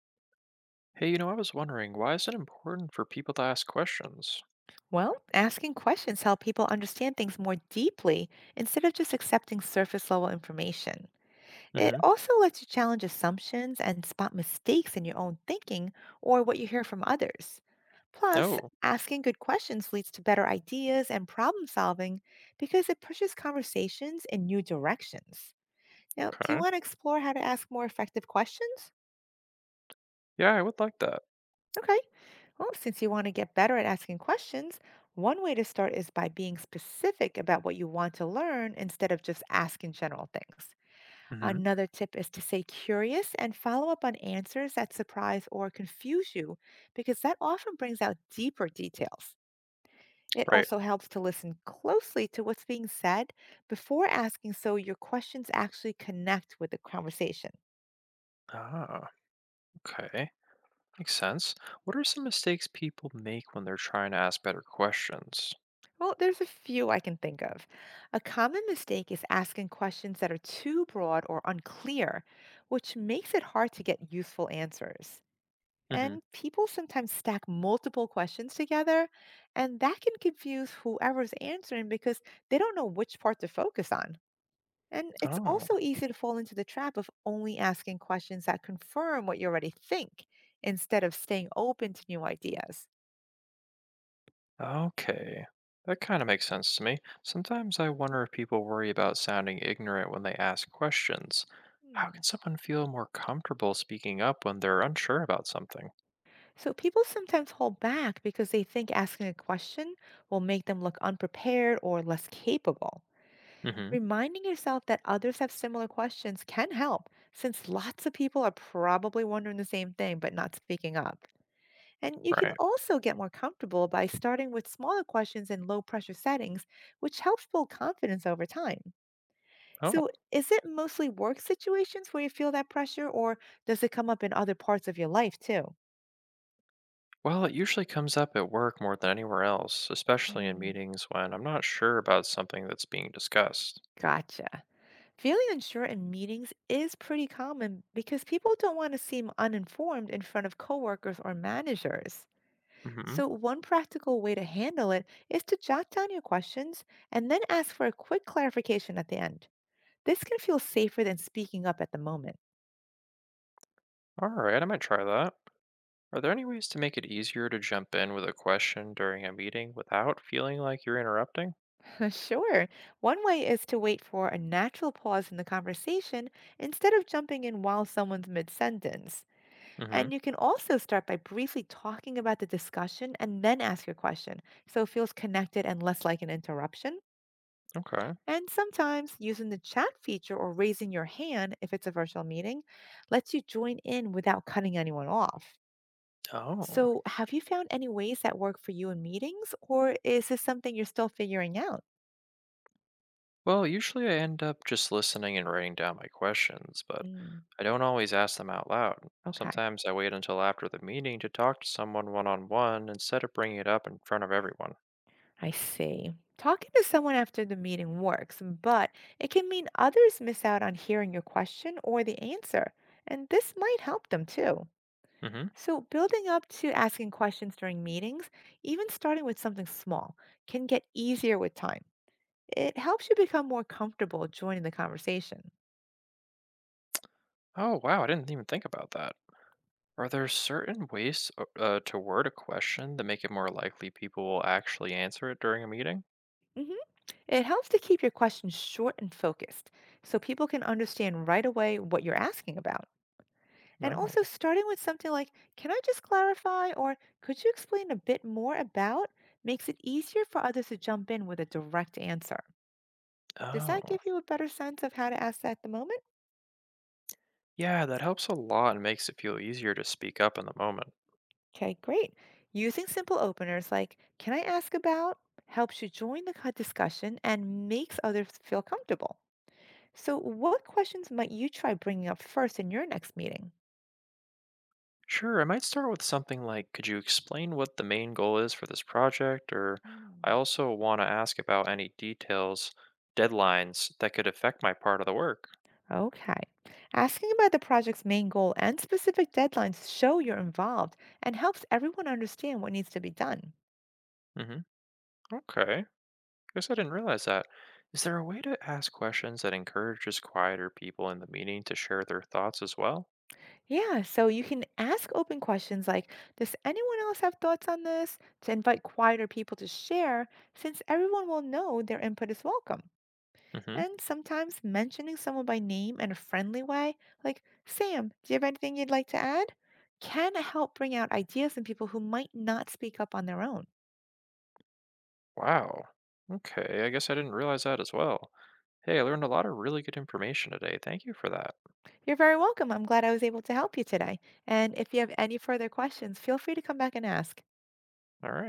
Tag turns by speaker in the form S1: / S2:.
S1: Hey, you know, I was wondering, why is it important for people to ask questions?
S2: Well, asking questions help people understand things more deeply instead of just accepting surface level information. It
S1: Mm-hmm.
S2: also lets you challenge assumptions and spot mistakes in your own thinking or what you hear from others. Plus,
S1: Oh,
S2: asking good questions leads to better ideas and problem solving because it pushes conversations in new directions. Now, do you
S1: okay.
S2: want to explore how to ask more effective questions?
S1: Yeah, I would like that.
S2: Okay. Well, since you want to get better at asking questions, one way to start is by being specific about what you want to learn instead of just asking general things.
S1: Mm-hmm.
S2: Another tip is to stay curious and follow up on answers that surprise or confuse you, because that often brings out deeper details. It
S1: Right.
S2: also helps to listen closely to what's being said before asking so your questions actually connect with the conversation.
S1: Ah, okay. Makes sense. What are some mistakes people make when they're trying to ask better questions?
S2: Well, there's a few I can think of. A common mistake is asking questions that are too broad or unclear, which makes it hard to get useful answers.
S1: Mm-hmm.
S2: And people sometimes stack multiple questions together, and that can confuse whoever's answering because they don't know which part to focus on. And it's
S1: Oh,
S2: also easy to fall into the trap of only asking questions that confirm what you already think instead of staying open to new ideas.
S1: okay. That kind of makes sense to me. Sometimes I wonder if people worry about sounding ignorant when they ask questions. How
S2: Hmm.
S1: can someone feel more comfortable speaking up when they're unsure about something?
S2: So people sometimes hold back because they think asking a question will make them look unprepared or less capable.
S1: Mm-hmm.
S2: Reminding yourself that others have similar questions can help, since lots of people are probably wondering the same thing but not speaking up. And you can
S1: Right.
S2: also get more comfortable by starting with smaller questions in low pressure settings, which helps build confidence over time.
S1: Oh.
S2: So, is it mostly work situations where you feel that pressure, or does it come up in other parts of your life too?
S1: Well, it usually comes up at work more than anywhere else, especially in
S2: Hmm,
S1: meetings when I'm not sure about something that's being discussed.
S2: gotcha. Feeling unsure in meetings is pretty common because people don't want to seem uninformed in front of coworkers or managers.
S1: Hmm.
S2: So, one practical way to handle it is to jot down your questions and then ask for a quick clarification at the end. This can feel safer than speaking up at the moment.
S1: All right, I might try that. Are there any ways to make it easier to jump in with a question during a meeting without feeling like you're interrupting?
S2: Sure. One way is to wait for a natural pause in the conversation instead of jumping in while someone's mid sentence.
S1: Hmm.
S2: And you can also start by briefly talking about the discussion and then ask your question so it feels connected and less like an interruption.
S1: Okay.
S2: And sometimes using the chat feature or raising your hand if it's a virtual meeting lets you join in without cutting anyone off.
S1: Oh.
S2: So, have you found any ways that work for you in meetings, or is this something you're still figuring out?
S1: Well, usually I end up just listening and writing down my questions, but
S2: Mm,
S1: I don't always ask them out loud.
S2: okay.
S1: Sometimes I wait until after the meeting to talk to someone one on one instead of bringing it up in front of everyone.
S2: I see. Talking to someone after the meeting works, but it can mean others miss out on hearing your question or the answer, and this might help them too.
S1: Hmm.
S2: So, building up to asking questions during meetings, even starting with something small, can get easier with time. It helps you become more comfortable joining the conversation.
S1: Oh, wow. I didn't even think about that. Are there certain ways to word a question that make it more likely people will actually answer it during a meeting?
S2: Mhm. It helps to keep your questions short and focused so people can understand right away what you're asking about. And also
S1: No.
S2: starting with something like, can I just clarify or could you explain a bit more about makes it easier for others to jump in with a direct answer. Does that
S1: Oh.
S2: give you a better sense of how to ask at the moment?
S1: Yeah, that helps a lot and makes it feel easier to speak up in the moment.
S2: Okay, great. Using simple openers like, can I ask about, helps you join the discussion and makes others feel comfortable. So, what questions might you try bringing up first in your next meeting?
S1: Sure, I might start with something like, could you explain what the main goal is for this project? Or I also want to ask about any details, deadlines that could affect my part of the work.
S2: Okay. Asking about the project's main goal and specific deadlines show you're involved and helps everyone understand what needs to be done.
S1: Mm-hmm. Okay. Guess I didn't realize that. Is there a way to ask questions that encourages quieter people in the meeting to share their thoughts as well?
S2: Yeah, so you can ask open questions like does anyone else have thoughts on this? To invite quieter people to share, since everyone will know their input is welcome.
S1: Mm-hmm.
S2: And sometimes mentioning someone by name in a friendly way, like Sam, do you have anything you'd like to add? Can help bring out ideas in people who might not speak up on their own.
S1: Wow. Okay, I guess I didn't realize that as well. Hey, I learned a lot of really good information today. Thank you for that.
S2: You're very welcome. I'm glad I was able to help you today. And if you have any further questions, feel free to come back and ask.
S1: All right.